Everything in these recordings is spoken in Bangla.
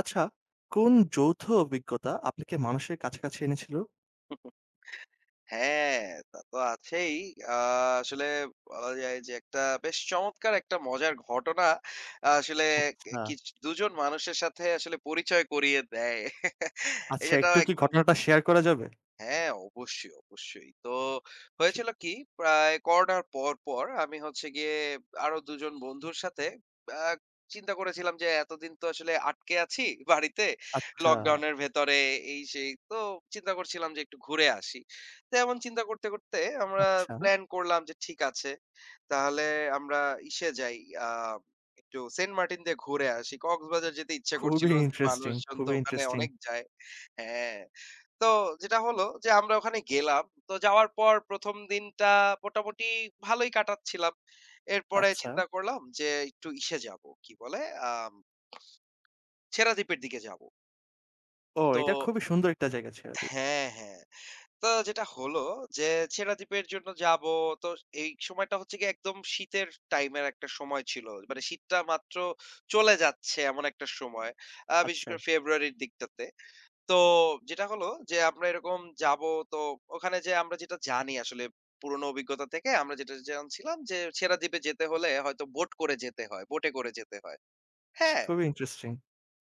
আচ্ছা, কোন যৌথ অভিজ্ঞতা আপনাকে মানুষের কাছাকাছি এনেছিল? হ্যাঁ, তা তো আছেই। আ আসলে বলা যায় যে একটা বেশ চমৎকার একটা মজার ঘটনা আসলে আচ্ছা, কি ২ জন মানুষের সাথে আসলে পরিচয় করিয়ে দেয়। আচ্ছা এটাও একটু কি একদম ঘটনাটা শেয়ার করা যাবে? হ্যাঁ, অবশ্যই, অবশ্যই। তো জি। হয়েছিল কি প্রায় করোনার পর আমি হচ্ছে গিয়ে আরো ২ জন বন্ধুর সাথে আ চিন্তা করেছিলাম যে এতদিন তো আসলে আটকে আছি বাড়িতে। আচ্ছা, লকডাউনের ভেতরে এই সেই। তো চিন্তা করছিলাম যে একটু ঘুরে আসি। তো এমন চিন্তা করতে আমরা আচ্ছা। প্ল্যান করলাম যে ঠিক আছে। তাহলে আমরা ইসে যাই আ একটু সেন্ট মার্টিন দিয়ে ঘুরে আসি। কক্সবাজার যেতে ইচ্ছে করছিল খুবই না যে ইন্টারেস্টিং, মানুষজন তো খুবই ওখানে ইন্টারেস্টিং। অনেক যায়। হ্যাঁ। তো যেটা হলো যে আমরা ওখানে গেলাম। তো যাওয়ার পর ১ম দিনটা মোটামুটি ভালোই কাটাচ্ছিলাম। এরপরে আচ্ছা। চিন্তা করলাম যে একটু ইসে যাবো, কি বলে? আম ছেড়াদ্বীপের দিকে যাবো। ও তো এটা খুবই সুন্দর একটা জায়গা ছেড়ে দিই। হ্যাঁ, হ্যাঁ। তো যেটা হলো যে ছেড়াদ্বীপের জন্য যাবো। তো এই সময়টা হচ্ছে গিয়ে একদম শীতের টাইমের একটা সময় ছিল। মানে শীতটা মাত্র চলে যাচ্ছে এমন একটা সময়। বিশেষ আচ্ছা, করে ফেব্রুয়ারির দিকটাতে। তো যেটা হলো যে আমরা এরকম যাবো। তো ওখানে যে আমরা যেটা জানি আসলে পুরোনো অভিজ্ঞতা থেকে আমরা যেটা জানছিলাম যে ছেড়া দ্বীপে যেতে হলে হয়তো বোটে করে যেতে হয়। হ্যাঁ। খুবই ইন্টারেস্টিং।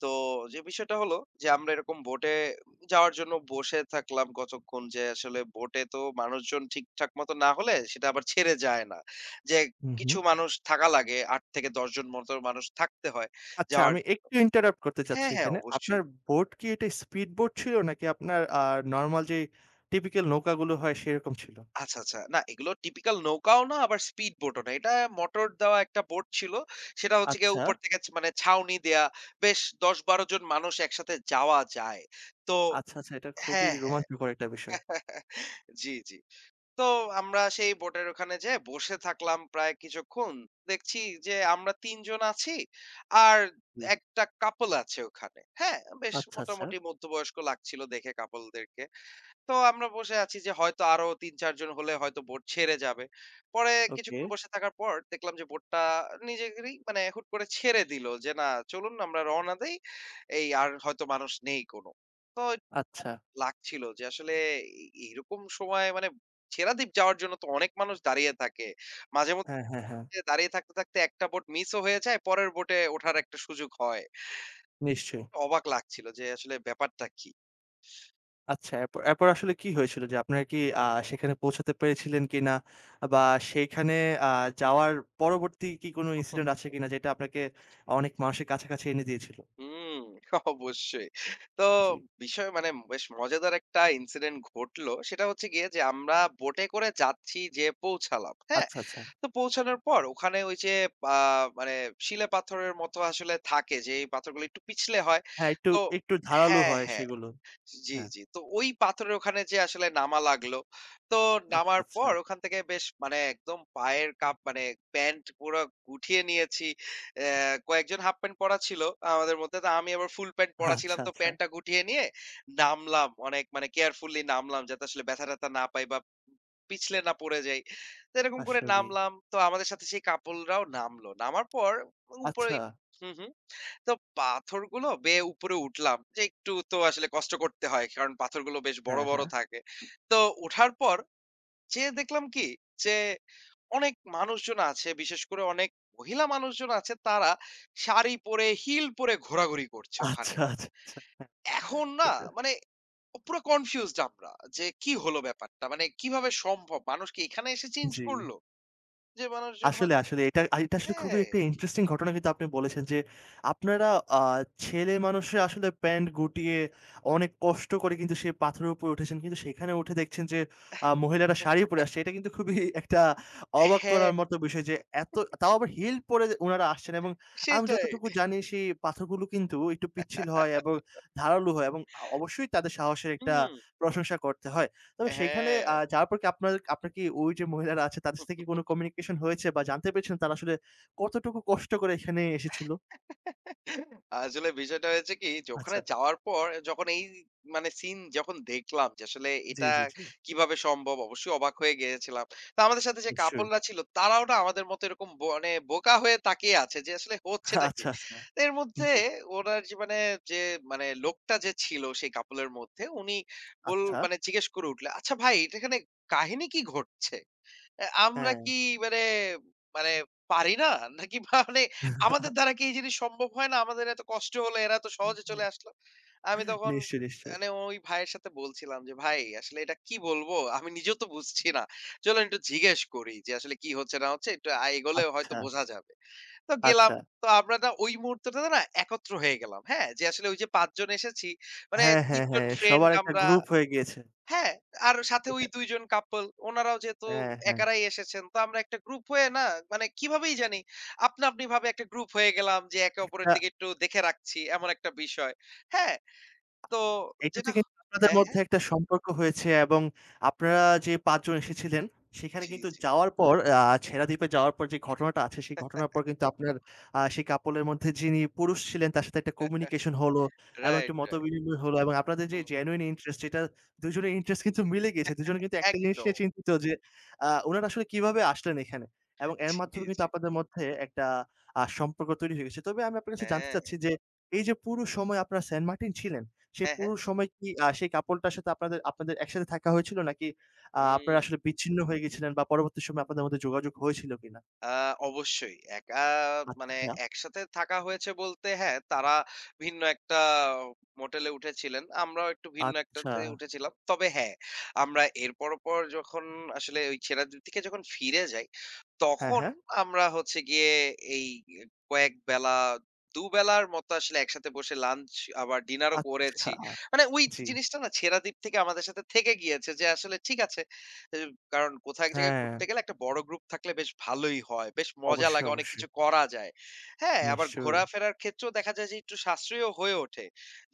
তো যে বিষয়টা হলো যে আমরা এরকম বোটে যাওয়ার জন্য বসে থাকলাম কতক্ষণ যে আসলে বোটে তো মানুষজন ঠিকঠাক মতো না হলে সেটা আবার ছেড়ে যায় না, যে হু, হু। কিছু মানুষ থাকা লাগে, আট থেকে দশ জন মতো মানুষ থাকতে হয় আচ্ছা, যাওয়ার। আমি একটু ইন্টারাপ্ট করতে চাচ্ছি হ্যাঁ, হ্যাঁ, এখানে। আপনার অবশ্যই। বোট কি এটা স্পিড বোট ছিল নাকি আপনার নরমাল যে টিপিক্যাল নৌকাগুলো হয় সেরকম ছিল? আচ্ছা, আচ্ছা। না এগুলো টিপিক্যাল নৌকাও না আবার স্পিড বোট ও না। এটা মোটর দেওয়া একটা বোট ছিল। সেটা হচ্ছে গিয়ে আচ্ছা, উপর থেকে ছ মানে ছাউনি দেয়া। বেশ ১০-১২ জন মানুষ একসাথে যাওয়া যায়। তো আচ্ছা, আচ্ছা, এটা খুবই হ্যাঁ, হ্যাঁ। রোমাঞ্চকর একটা বিষয়। জি, জি। তো আমরা সেই বোটের ওখানে যেয়ে বসে থাকলাম প্রায় কিছুক্ষণ। দেখছি যে আমরা ৩ জন আছি। আর জি। একটা কাপল আছে ওখানে। হ্যাঁ? বেশ আচ্ছা, আচ্ছা। মোটামুটি মধ্যবয়স্ক লাগছিল দেখে কাপল দেরকে। তো আমরা বসে আছি যে হয়তো আরো ৩-৪ জন হলে হয়তো বোট ছেড়ে যাবে। পরে ওকে, কিছুক্ষণ বসে থাকার পর দেখলাম যে বোটটা নিজেদেরই মানে হুট করে ছেড়ে দিল যে, "না, চলুন আমরা রওনা দেই। এই আর হয়তো মানুষ নেই কোনো।" তো আচ্ছা। লাগছিল যে আসলে এ এরকম সময় মানে ছেড়াদ্বীপ যাওয়ার জন্য তো অনেক মানুষ দাঁড়িয়ে থাকে। হ্যাঁ, মাঝেমধ্যে হ্যাঁ, হ্যাঁ, দাঁড়িয়ে থাকতে একটা বোট মিসও হয়ে যায়, পরের বোটে ওঠার একটা সুযোগ হয়। নিশ্চয়ই। অবাক লাগছিল যে আসলে ব্যাপারটা কি? আচ্ছা, এরপর এরপর আসলে কি হয়েছিল? যে আপনারা কি সেখানে পৌঁছাতে পেরেছিলেন কিনা? বা সেইখানে আ যাওয়ার পরবর্তী কি কোনো ইনসিডেন্ট আছে কিনা যেটা আপনাকে অনেক মানুষের কাছাকাছি এনে দিয়েছিল? হুম, অবশ্যই। তো জি। বিষয় মানে বেশ মজাদার একটা ইনসিডেন্ট ঘটলো। সেটা হচ্ছে গিয়ে যে আমরা বোটে করে যাচ্ছি যেয়ে পৌঁছালাম। হ্যাঁ? আচ্ছা, আচ্ছা। তো পৌঁছানোর পর ওখানে ওই যে আ মানে শিলে পাথরের মতো আসলে থাকে যে এই পাথরগুলো একটু পিছলে হয়। হ্যাঁ, একটু তো একটু ধারালো হ্যাঁ, হয় হ্যাঁ। সেগুলো। জি, হ্যাঁ। জি। তো ওই পাথরের ওখানে যেয়ে আসলে নামা লাগলো। তো আচ্ছা, নামার আচ্ছা। পর ওখান থেকে বেশ মানে একদম পায়ের কাপ মানে প্যান্ট পুরা গুটিয়ে নিয়েছি। অ্যা কয়েকজন হাফ প্যান্ট পরা ছিল আমাদের মধ্যে। তো আমি আবার ফুল প্যান্ট পরা আচ্ছা, ছিলাম। তো আচ্ছা। প্যান্টটা গুটিয়ে নিয়ে নামলাম। অনেক মানে কেয়ারফুলি নামলাম যাতে আসলে ব্যথা-ট্যাথা না পাই বা পিছলে না পড়ে যাই। তো এরকম করে আসলেই। নামলাম। তো আমাদের সাথে সেই couple রাও নামলো। নামার পর উপরে। আচ্ছা। হুম, হুম। তো পাথরগুলো বেয়ে উপরে উঠলাম। যে একটু তো আসলে কষ্ট করতে হয়। কারণ পাথরগুলো বেশ বড়, হ্যাঁ, বড় হ্যাঁ। থাকে। তো উঠার পর যেয়ে দেখলাম কি যে অনেক মানুষজন আছে, বিশেষ করে অনেক মহিলা মানুষজন আছে, তারা শাড়ি পরে, হিল পরে ঘোরাঘুরি করছে ওখানে। আচ্ছা, আচ্ছা, আচ্ছা। এখন না এটা মানে পুরো কনফিউজড আমরা যে কি হলো ব্যাপারটা? মানে কিভাবে সম্ভব? মানুষ কি এখানে এসে চেঞ্জ জি। করলো? যে মানুষজন আসলে, হয়তো, আসলে এটা এটা আসলে খুবই হ্যাঁ, একটা ইন্টারেস্টিং ঘটনা, কিন্তু আপনি বলেছেন যে আপনারা আ ছেলেমানুষরা আসলে প্যান্ট গুটিয়ে অনেক কষ্ট করে কিন্তু সেই পাথরের উপরে উঠেছেন। কিন্তু সেখানে উঠে দেখছেন যে মহিলারা শাড়ি পরে আসছে। এটা কিন্তু খুবই একটা অবাক হ্যাঁ, করার মতো বিষয় যে এত তাও আবার হিল পরে উনারা আসছেন, এবং আমি সেটাই। যতটুকু জানি সেই পাথরগুলো কিন্তু একটু পিচ্ছিল হয় এবং ধারালো হয়, এবং অবশ্যই তাদের সাহসের একটা হুম, প্রশংসা করতে হয়। তবে সেখানে হ্যাঁ। যাওয়ার পর কি আপনার আপনার কি ওই যে মহিলারা আছে তাদের সাথে কি কোনো কমিউনিকেশন হয়েছে বা জানতে পেরেছেন তারা আসলে কতটুকু কষ্ট করে এখানে এসেছিল? আসলে বিষয়টা হয়েছে কি যে ওখানে আচ্ছা। যাওয়ার পর যখন এই মানে সিন যখন দেখলাম যে আসলে জি, এটা জি, জি। কিভাবে সম্ভব, অবশ্যই অবাক হয়ে গিয়েছিলাম। তো আমাদের সাথে যে নিশ্চয়ই। কাপড়রা ছিল তারাও না আমাদের মতো এরকম ব- মানে বোকা হয়ে তাকিয়ে আছে যে আসলে হচ্ছেটা কি। আচ্ছা, আচ্ছা। তো এর মধ্যে জি। ওনার যে মানে যে মানে লোকটা যে ছিল সেই কাপলের মধ্যে উনি বল আচ্ছা। মানে জিজ্ঞেস করে উঠলে আচ্ছা ভাই এটা এখানে কাহিনী কি ঘটছে? আমরা হ্যাঁ। কি মানে, মানে পারি না? নাকি মানে আমাদের দ্বারা কি এই জিনিস সম্ভব হয় না? আমাদের এত কষ্ট হলো, এরা এত সহজে চলে আসলো। আমি তখন নিশ্চয়ই, নিশ্চয়ই। মানে ওই ভাইয়ের সাথে বলছিলাম যে, "ভাই আসলে এটা কি বলবো? আমি নিজেও তো বুঝছি না। চলেন একটু জিজ্ঞেস করি যে আসলে কি হচ্ছে না হচ্ছে। একটু এগোলে হয়তো আচ্ছা, বোঝা যাবে।" তো গেলাম। আচ্ছা। তো আমরা না ওই মুহূর্তটাতে না একত্র হয়ে গেলাম। হ্যাঁ? যে আসলে ওই যে ৫ জন এসেছি, মানে হ্যাঁ, ৩ হ্যাঁ, জন হ্যাঁ। ফ্রেন্ড সবার একটা আমরা, গ্রুপ হয়ে গিয়েছে। হ্যাঁ, আর সাথে এটা ওই ২ জন কাপল, উনারাও যেহেতু হ্যাঁ, হ্যাঁ। একারাই এসেছেন, তো আমরা একটা গ্রুপ হয়ে না মানে কিভাবেই জানি আপনা আপনি ভাবে একটা গ্রুপ হয়ে গেলাম, যে একে অপরের একটা দিকে একটু দেখে রাখছি এমন একটা বিষয়। হ্যাঁ, তো এটাতে যেটা, কিন্তু আপনাদের হ্যাঁ, মধ্যে হ্যাঁ। একটা সম্পর্ক হয়েছে, এবং আপনারা যে ৫ জন এসেছিলেন, সেখানে জি, কিন্তু জি। যাওয়ার পর ছেড়াদ্বীপে যাওয়ার পর যে ঘটনাটা আছে, সেই ঘটনার পর কিন্তু আপনার সেই কাপলের মধ্যে যিনি পুরুষ ছিলেন, তার সাথে একটা কমিউনিকেশন হলো এবং একটা রাইট, রাইট। মতবিনিময় হলো, এবং আপনাদের যে হুম, জেনুইন ইন্টারেস্ট, এটা দুজনের ইন্টারেস্ট কিন্তু মিলে গেছে। দুজনে কিন্তু একটা জিনিস নিয়ে একদম। চিন্তিত যে উনারা আসলে কিভাবে আসলেন এখানে? এবং এর জি, মাধ্যমে কিন্তু জি। আপনাদের মধ্যে একটা সম্পর্ক তৈরি হয়ে গেছে। তবে আমি আপনার কাছে জানতে হ্যাঁ, চাচ্ছি যে এই যে পুরো সময় আপনারা সেন্ট মার্টিন ছিলেন, সে হ্যাঁ, হ্যাঁ। পুরো সময় কি সেই কাপলটার সাথে আপনাদের আপনাদের একসাথে থাকা হয়েছিল? নাকি আপনারা হুম। আসলে বিচ্ছিন্ন হয়ে গেছিলেন বা পরবর্তী সময়ে আপনাদের মধ্যে যোগাযোগ হয়েছিল কিনা? আ অবশ্যই। একা মানে আচ্ছা, একসাথে থাকা হয়েছে বলতে হ্যাঁ, তারা ভিন্ন একটা মোটেলে উঠেছিলেন। আমরাও একটু ভিন্ন আচ্ছা। একটাতে উঠেছিলাম। তবে হ্যাঁ, আমরা এর পরপর যখন আসলে ওই ছেড়াদ্রির থেকে যখন ফিরে যাই, হ্যাঁ, তখন হ্যাঁ। আমরা হচ্ছে গিয়ে এই কয়েক বেলা, দুবেলার মতো আসলে একসাথে বসে লাঞ্চ আবার ডিনারও আচ্ছা, করেছি। মানে ওই জি। জিনিসটা না ছেড়াদ্বীপ থেকে আমাদের সাথে থেকে গিয়েছে যে আসলে ঠিক আছে। এ কারণ কোথাও এক জায়গায় হ্যাঁ, ঘুরতে গেলে একটা বড় গ্রুপ থাকলে বেশ ভালোই হয়। বেশ মজা অবশ্যই, লাগে, অনেক অবশ্যই। কিছু করা যায়। হ্যাঁ, আবার নিশ্চয়ই, ঘোরাফেরার ক্ষেত্রেও দেখা যায় যে একটু সাশ্রয়ীও হয়ে ওঠে।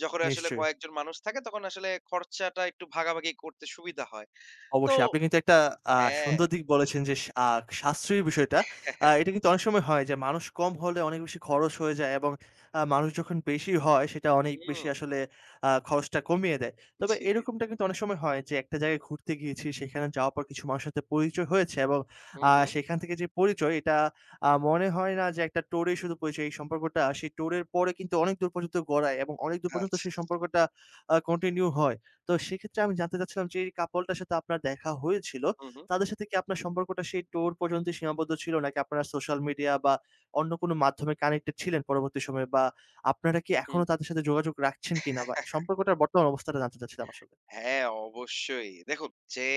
যখন আসলে নিশ্চয়ই। কয়েকজন মানুষ থাকে তখন আসলে খরচাটা একটু ভাগাভাগি করতে সুবিধা হয়। তো অবশ্যই। আপনি কিন্তু একটা আ হ্যাঁ, সুন্দর দিক বলেছেন যে সা আ সাশ্রয়ী বিষয়টা। এটা কিন্তু অনেক সময় হয় যে মানুষ কম হলে অনেক বেশি খরচ হয়ে যায়, এবং মানুষ যখন বেশি হয় সেটা অনেক বেশি হুম, আসলে খরচটা কমিয়ে দেয়। তবে জি, এরকমটা কিন্তু অনেক সময় হয় যে একটা জায়গায় ঘুরতে গিয়েছি সেখানে যাওয়ার পর কিছু মানুষের সাথে পরিচয় হয়েছে, এবং হুম, হুম, সেখান থেকে যে পরিচয় এটা মনে হয় না যে একটা ট্যুরেই শুধু পরিচয়। এই সম্পর্কটা সেই ট্যুরের পরে কিন্তু অনেক দূর পর্যন্ত গড়ায়, এবং অনেক দূর পর্যন্ত আচ্ছা, সেই সম্পর্কটা কন্টিনিউ হয়। তো সেক্ষেত্রে আমি জানতে চাচ্ছিলাম যে এই কাপলটার সাথে আপনার দেখা হয়েছিল, হুম, হুম, তাদের সাথে কি আপনার সম্পর্কটা সেই ট্যুর পর্যন্তই সীমাবদ্ধ ছিল? নাকি আপনারা সোশ্যাল মিডিয়া বা অন্য কোনো মাধ্যমে কানেক্টেড ছিলেন পরবর্তী সময়ে? বা আপনারা কি হুম, এখনো হুম। তাদের সাথে যোগাযোগ রাখছেন কিনা? বা সম্পর্কটার বর্তমান অবস্থাটা জানতে চাচ্ছিলাম আসলে। হ্যাঁ, অবশ্যই। দেখুন যে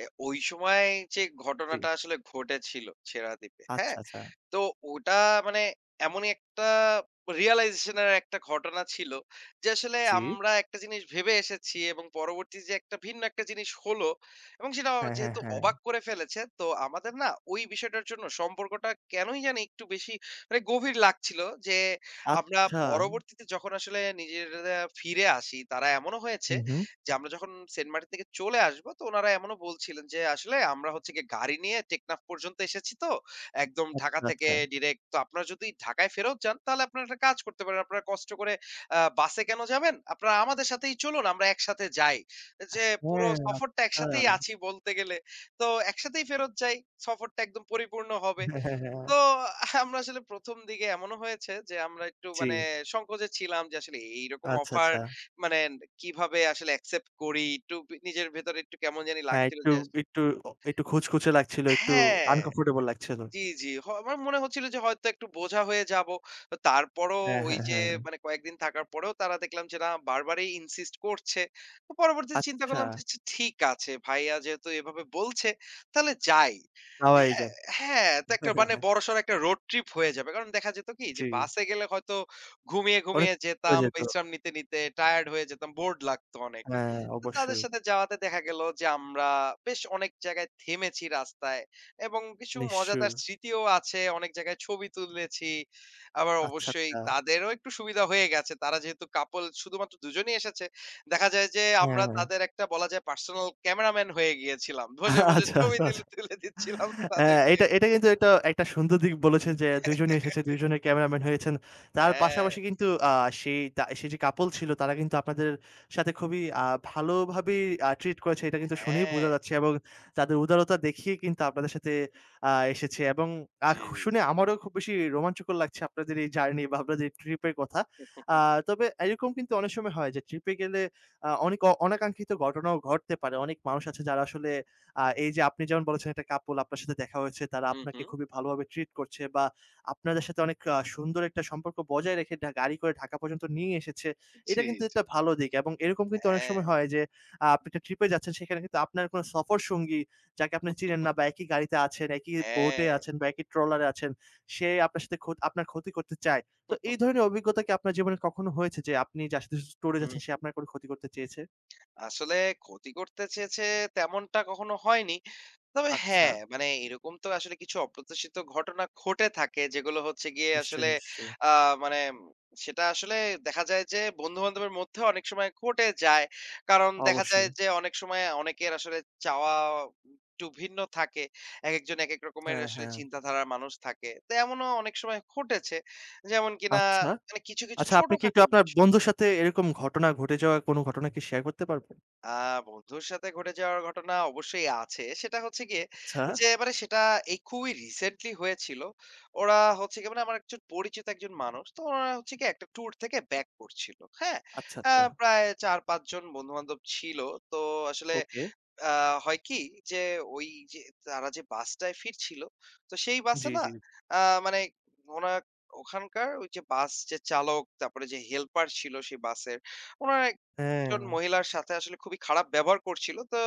ওই সময় যে জি। ঘটনাটা আসলে ঘটেছিল ছেড়া দ্বীপে, আচ্ছা, হ্যাঁ? আচ্ছা। তো ওটা মানে এমনই একটা রিয়ালাইজেশন এর একটা ঘটনা ছিল যে আসলে জি। আমরা একটা জিনিস ভেবে এসেছি এবং পরবর্তী যে একটা ভিন্ন একটা জিনিস হলো এবং সেটা হ্যাঁ, হ্যাঁ, যেহেতু হ্যাঁ। অবাক করে ফেলেছে, তো আমাদের না ওই বিষয়টার জন্য সম্পর্কটা কেনই জানি একটু বেশি মানে গভীর লাগছিল, যে আমরা আচ্ছা। পরবর্তীতে যখন আসলে নিজেরা ফিরে আসি তারা এমনও হয়েছে হুম, হুম। যে আমরা যখন সেন্ট মার্টিন থেকে চলে আসবো, তো ওনারা এমনও বলছিলেন যে আসলে আমরা হচ্ছে গিয়ে গাড়ি নিয়ে টেকনাফ পর্যন্ত এসেছি তো একদম ঢাকা আচ্ছা, থেকে আচ্ছা। ডিরেক্ট। তো আপনারা যদি ঢাকায় ফেরত যান তাহলে আপনারা একটা কাজ করতে পারেন। আপনারা কষ্ট করে বাসে কেন যাবেন? আপনারা আমাদের সাথেই চলুন, আমরা একসাথে যাই। যে পুরো হ্যাঁ, সফরটা একসাথেই আচ্ছা। আছি বলতে গেলে। তো একসাথেই ফেরত যাই। সফরটা একদম পরিপূর্ণ হবে। হ্যাঁ, হ্যাঁ, হ্যাঁ। তো আমরা আসলে ১ম দিকে এমনও হয়েছে যে আমরা একটু জি। মানে সংকোচে ছিলাম যে আসলে এইরকম আচ্ছা, অফার আচ্ছা। মানে কিভাবে আসলে অ্যাকসেপ্ট করি? একটু নিজের ভেতরে একটু কেমন জানি হ্যাঁ, লাগছিল একটু যে, একটু একটু খুঁতখুঁতে লাগছিল, একটু হ্যাঁ। আনকমফোর্টেবল লাগছিল। জি, জি। আমার মনে হচ্ছিল যে হয়তো একটু বোঝা হয়ে যাব। তারপরও হ্যাঁ, ওই হ্যাঁ, যে হ্যাঁ। মানে কয়েকদিন থাকার পরেও তারা দেখলাম যে না বারবারই ইনসিস্ট করছে। তো পরবর্তীতে চিন্তা আচ্ছা, করলাম যে আচ্ছা ঠিক আছে ভাইয়া যেহেতু এভাবে বলছে তাহলে যাই। পাওয়াই হ্যাঁ, যায়। হ্যাঁ, তো একটা মানে বড়সড় একটা রোড ট্রিপ হয়ে যাবে। কারণ দেখা যেত কি জি, যে বাসে গেলে হয়তো ঘুমিয়ে, অনেক ঘুমিয়ে কষ্ট হয়ে যেতাম, যেত। বিশ্রাম নিতে টায়ার্ড হয়ে যেতাম, বোর্ড লাগতো অনেক। হ্যাঁ, তো তাদের অবশ্যই। সাথে যাওয়াতে দেখা গেল যে আমরা বেশ অনেক জায়গায় থেমেছি রাস্তায়। এবং কিছু নিশ্চয়ই। মজাদার স্মৃতিও আছে। অনেক জায়গায় ছবি তুলেছি। আবার আচ্ছা, অবশ্যই আচ্ছা। তাদেরও একটু সুবিধা হয়ে গেছে। তারা যেহেতু couple শুধুমাত্র দুজনেই এসেছে। দেখা যায় যে আমরা হ্যাঁ। তাদের একটা বলা যায় পার্সোনাল ক্যামেরাম্যান হয়ে গিয়েছিলাম। বসে আচ্ছা, ছবি আচ্ছা, আচ্ছা। তুলে দিচ্ছিলাম হ্যাঁ, তাদেরকে। এটা এটা কিন্তু একটা একটা সুন্দর দিক বলেছেন যে ২ জনই এসেছে, ২ জনে ক্যামেরাম্যান হয়েছেন। তার হ্যাঁ, পাশাপাশি কিন্তু সেই সেই যে কাপল ছিল তারা কিন্তু আপনাদের সাথে খুবই ভালোভাবেই ট্রিট করেছে, এটা কিন্তু শুনেই বোঝা হ্যাঁ। যাচ্ছে, এবং তাদের হুম, উদারতা দেখিয়ে কিন্তু আপনাদের সাথে এসেছে, এবং আ জি, খু শুনে জি। আমারও খুব বেশি রোমাঞ্চকর লাগছে আপনাদের এই জার্নি বা আপনাদের ট্রিপের কথা। আ তবে এরকম কিন্তু অনেক সময় হয় যে ট্রিপে গেলে অনেক অনাকাঙ্ক্ষিত ঘটনাও ঘটতে পারে। অনেক মানুষ আছে যারা আসলে এই যে আপনি যেমন বলেছেন একটা কাপল আপনার সাথে দেখা হয়েছে, তারা হুম, আপনাকে হুম। খুবই ভালোভাবে ট্রিট করছে বা আপনাদের সাথে অনেক সুন্দর একটা সম্পর্ক বজায় রেখে গাড়ি করে ঢাকা পর্যন্ত নিয়ে এসেছে। এটা জি, কিন্তু জি। একটা ভালো দিক, এবং এরকম কিন্তু অনেক হ্যাঁ, সময় হয় যে আপনি একটা ট্রিপে যাচ্ছেন সেখানে কিন্তু আপনার কোনো সফর সঙ্গী যাকে আপনি চিনেন না বা একই গাড়িতে আছেন, একই বোটে হ্যাঁ। আছেন বা একই ট্রলারে আছেন, সে আপনার সাথে আপনার ক্ষতি করতে চায়। তো এই ধরনের অভিজ্ঞতা কি আপনার জীবনে কখনো হয়েছে যে আপনি যার সাথে ট্যুরে হুম, যাচ্ছেন সে হুম। আপনার কোনো ক্ষতি করতে চেয়েছে? আসলে ক্ষতি করতে চেয়েছে তেমনটা কখনো হয়নি। তবে আচ্ছা। হ্যাঁ, মানে এরকম তো আসলে কিছু অপ্রত্যাশিত ঘটনা ঘটে থাকে যেগুলো হচ্ছে গিয়ে নিশ্চয়ই, আসলে নিশ্চয়ই। আ মানে সেটা আসলে দেখা যায় যে বন্ধু-বান্ধবের মধ্যে অনেক সময় ঘটে যায়। কারণ দেখা যায় অবশ্যই। যে অনেক সময় অনেকের আসলে চাওয়া একটু ভিন্ন থাকে। একেকজন একেক রকমের হ্যাঁ, আসলে হ্যাঁ। চিন্তাধারার মানুষ থাকে। তো এমনও অনেক সময় ঘটেছে। যেমন কিনা আচ্ছা। মানে কিছু আচ্ছা, আপনি কি একটু ছোটখাটো আপনার বন্ধুর সাথে এরকম ঘটনা ঘটে যাওয়া কোনো ঘটনা কি শেয়ার করতে পারবেন? আ বন্ধুর সাথে ঘটে যাওয়ার ঘটনা অবশ্যই আছে। সেটা হচ্ছে গিয়ে আচ্ছা, যে মানে সেটা এই খুবই রিসেন্টলি হয়েছিল। ওরা হচ্ছে গিয়ে মানে আমার একজন পরিচিত একজন মানুষ। তো ওরা হচ্ছে গিয়ে একটা ট্যুর থেকে ব্যাক করছিল। হ্যাঁ? আচ্ছা, আ আচ্ছা। প্রায় ৪-৫ জন বন্ধু-বান্ধব ছিল। তো আসলে ওকে। আ হয় কি? যে ওই যে তারা যে বাসটায় ফিরছিল, তো সেই বাসে জি, না জি। আ মানে ওনা ওখানকার ওই যে বাস যে চালক, তারপরে যে হেল্পার ছিল সেই বাসের, ওনারা হ্যাঁ। একজন মহিলার সাথে আসলে খুবই খারাপ ব্যবহার করছিল। তো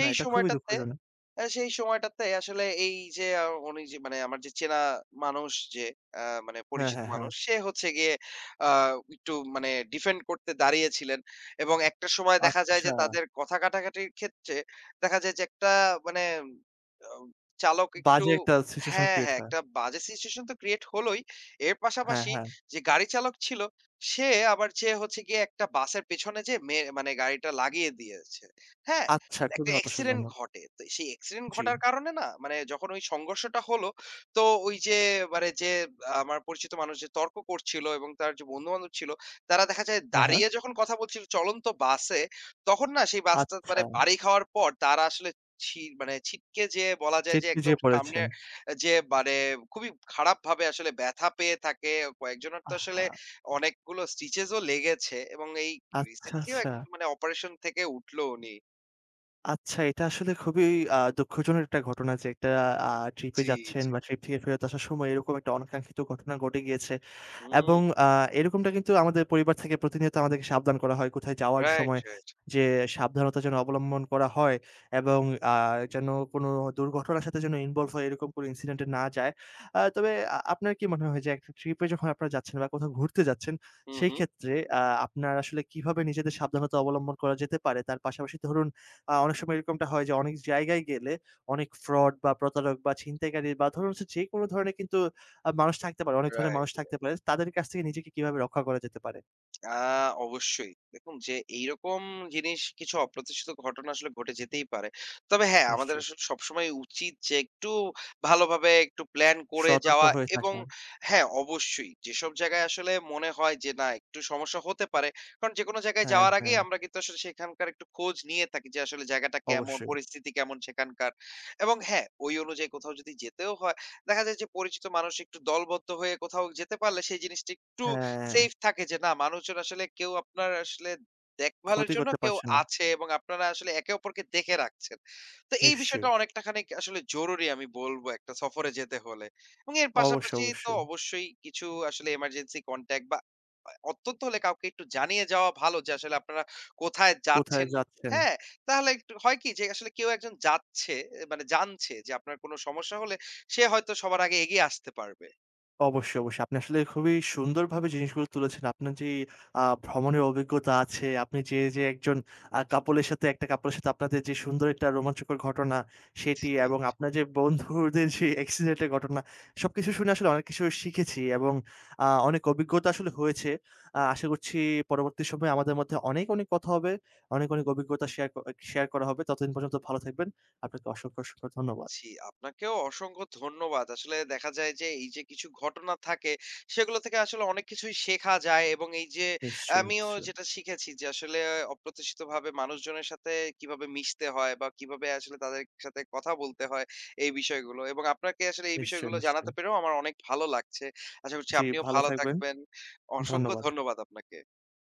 না, এটা খুবই সময়টাতে দুঃখজনক। সেই সময়টাতে আসলে এই যে উনি যে মানে আমার যে চেনা মানুষ যে আ মানে হ্যাঁ, পরিচিত হ্যাঁ, হ্যাঁ। মানুষ সে হচ্ছে গিয়ে আ একটু মানে ডিফেন্ড করতে দাঁড়িয়েছিলেন এবং একটা সময় দেখা যায় যে আচ্ছা। তাদের কথা কাটাকাটির ক্ষেত্রে দেখা যায় যে একটা মানে আ চালক একটু, বাজে একটা সিচুয়েশন হ্যাঁ, ক্রিয়েট হ্যাঁ, হয়। একটা বাজে সিচুয়েশন তো ক্রিয়েট হলোই। এর হ্যাঁ, পাশাপাশি হ্যাঁ। যে গাড়ি চালক ছিল সে আবার যে হচ্ছে গিয়ে একটা বাসের পেছনে যেয়ে মে মানে গাড়িটা লাগিয়ে দিয়েছে। হ্যাঁ? আচ্ছা, খুবই একটা অ্যাক্সিডেন্ট হতাশাজনক। ঘটে। তো সেই অ্যাক্সিডেন্ট জি। ঘটার কারণে না মানে যখন ওই সংঘর্ষটা হলো, তো ওই যে মানে যে আমার পরিচিত মানুষ যে তর্ক করছিল এবং তার যে বন্ধু-বান্ধব ছিল, তারা দেখা যায় হ্যাঁ, হ্যাঁ। দাঁড়িয়ে যখন কথা বলছিল চলন্ত বাসে, তখন না সেই বাসটা আচ্ছা। মানে বাড়ি খাওয়ার পর তারা আসলে ছি মানে ছিটকে যেয়ে বলা যায় যে ছিটকে একদম যেয়ে সামনে, পড়েছেন। যে মানে খুবই খারাপভাবে আসলে ব্যথা পেয়ে থাকে। কয়েকজনের তো আহা! আসলে অনেকগুলো স্টিচেস ও লেগেছে এবং এই আচ্ছা, রিসেন্টলিও এক আচ্ছা। মানে অপারেশন থেকে উঠলো উনি। আচ্ছা, এটা আসলে খুবই দুঃখজনক একটা ঘটনা যে একটা আ ট্রিপে জি, যাচ্ছেন জি। বা ট্রিপ থেকে ফেরত আসার সময় এরকম একটা অনাকাঙ্ক্ষিত ঘটনা ঘটে গিয়েছে। হুম, এবং এরকমটা কিন্তু আমাদের পরিবার থেকে প্রতিনিয়ত আমাদেরকে সাবধান করা হয় কোথায় যাওয়ার রাইট, সময় রাইট। যে সাবধানতা যেন অবলম্বন করা হয়, এবং আ যেন কোনো দুর্ঘটনার সাথে যেন ইনভলভ হয় এরকম কোনো ইনসিডেন্ট এ না যায়। তবে আপনার কি মনে হয় যে একটা ট্রিপ এ যখন আপনারা যাচ্ছেন বা কোথাও ঘুরতে যাচ্ছেন, হুম, সেই হুম। ক্ষেত্রে আপনার আসলে কিভাবে নিজেদের সাবধানতা অবলম্বন করা যেতে পারে? তার পাশাপাশি ধরুন অনেক সময় এরকমটা হয় যে অনেক জায়গায় গেলে অনেক ফ্রড বা প্রতারক বা ছিনতাইকারী বা ধরুন হচ্ছে যেকোনো ধরনের কিন্তু মানুষ থাকতে পারে, অনেক ধরনের রাইট, মানুষ থাকতে রাইট। পারে। তাদের কাছ থেকে নিজেকে কিভাবে রক্ষা করা যেতে পারে? আ অবশ্যই। দেখুন যে এইরকম জিনিস কিছু অপ্রত্যাশিত ঘটনা আসলে ঘটে যেতেই পারে। তবে হ্যাঁ, আমাদের নিশ্চয়ই। আসলে সবসময় উচিত যে একটু ভালোভাবে একটু প্ল্যান করে সতর্ক যাওয়া হয়ে এবং থাকা। হ্যাঁ, অবশ্যই যেসব জায়গায় আসলে মনে হয় যে না একটু সমস্যা হতে পারে। কারণ যেকোনো জায়গায় হ্যাঁ, যাওয়ার আগেই হ্যাঁ, আমরা কিন্তু আসলে সেখানকার একটু খোঁজ নিয়ে থাকি যে আসলে জায়গাটা কেমন, অবশ্যই। পরিস্থিতি কেমন সেখানকার। এবং হ্যাঁ, ওই অনুযায়ী কোথাও যদি যেতেও হয়, দেখা যায় যে পরিচিত মানুষ একটু দলবদ্ধ হয়ে কোথাও যেতে পারলে সেই জিনিসটা একটু হ্যাঁ, সেফ থাকে, যে না মানুষজন আসলে কেউ আপনার আসলে দেখভালের ক্ষতি জন্য করতে কেউ পারছে না। আছে এবং আপনারা আসলে একে অপরকে দেখে রাখছেন। তো এই নিশ্চয়ই। বিষয়টা অনেকটা খানিক আসলে জরুরি আমি বলব একটা সফরে যেতে হলে। এবং এর অবশ্যই, পাশাপাশি তো অবশ্যই। অবশ্যই কিছু আসলে এমার্জেন্সি কনট্যাক্ট বা অত্যন্ত হলে কাউকে একটু জানিয়ে যাওয়া ভালো যে আসলে আপনারা কোথায় কোথায় যাচ্ছেন। যাচ্ছেন? হ্যাঁ, তাহলে একটু হয় কি যে আসলে কেউ একজন যাচ্ছে মানে জানছে যে আপনার কোন সমস্যা হলে সে হয়তো সবার আগে এগিয়ে আসতে পারবে। অবশ্যই, অবশ্যই। আপনি আসলে খুবই সুন্দরভাবে জিনিসগুলো তুলেছেন। আপনার যেই ভ্রমণের অভিজ্ঞতা আছে, আপনি যে, যে একজন কাপলের সাথে একটা কাপলের সাথে আপনাদের যে সুন্দর একটা রোমাঞ্চকর ঘটনা সেটি, জি, এবং আপনার যে বন্ধুদের যে অ্যাক্সিডেন্ট এর ঘটনা, সবকিছু শুনে আসলে অনেক কিছু শিখেছি, এবং অনেক অভিজ্ঞতা আসলে হয়েছে। জি। আশা করছি পরবর্তী সময়ে আমাদের মধ্যে অনেক, অনেক কথা হবে। অনেক, অনেক অভিজ্ঞতা শেয়ার করা হবে। ততদিন পর্যন্ত ভালো থাকবেন। আপনাকে অসংখ্য, অসংখ্য ধন্যবাদ। জি, আপনাকেও অসংখ্য ধন্যবাদ। আসলে দেখা যায় যে এই যে কিছু ঘটনা থাকে সেগুলো থেকে আসলে অনেক কিছুই শেখা যায় এবং এই যে নিশ্চয়ই, আমিও নিশ্চয়ই। যেটা শিখেছি যে আসলে অপ্রত্যাশিতভাবে মানুষজনের সাথে কিভাবে মিশতে হয় বা কিভাবে আসলে তাদের সাথে কথা বলতে হয় এই বিষয়গুলো এবং আপনাকে আসলে এই নিশ্চয়ই, বিষয়গুলো নিশ্চয়ই। জানাতে পেরেও আমার অনেক ভালো লাগছে। আশা করছি জি, আপনিও ভালো ভালো থাকবেন। থাকবেন। অসংখ্য ধন্যবাদ। ধন্যবাদ আপনাকে।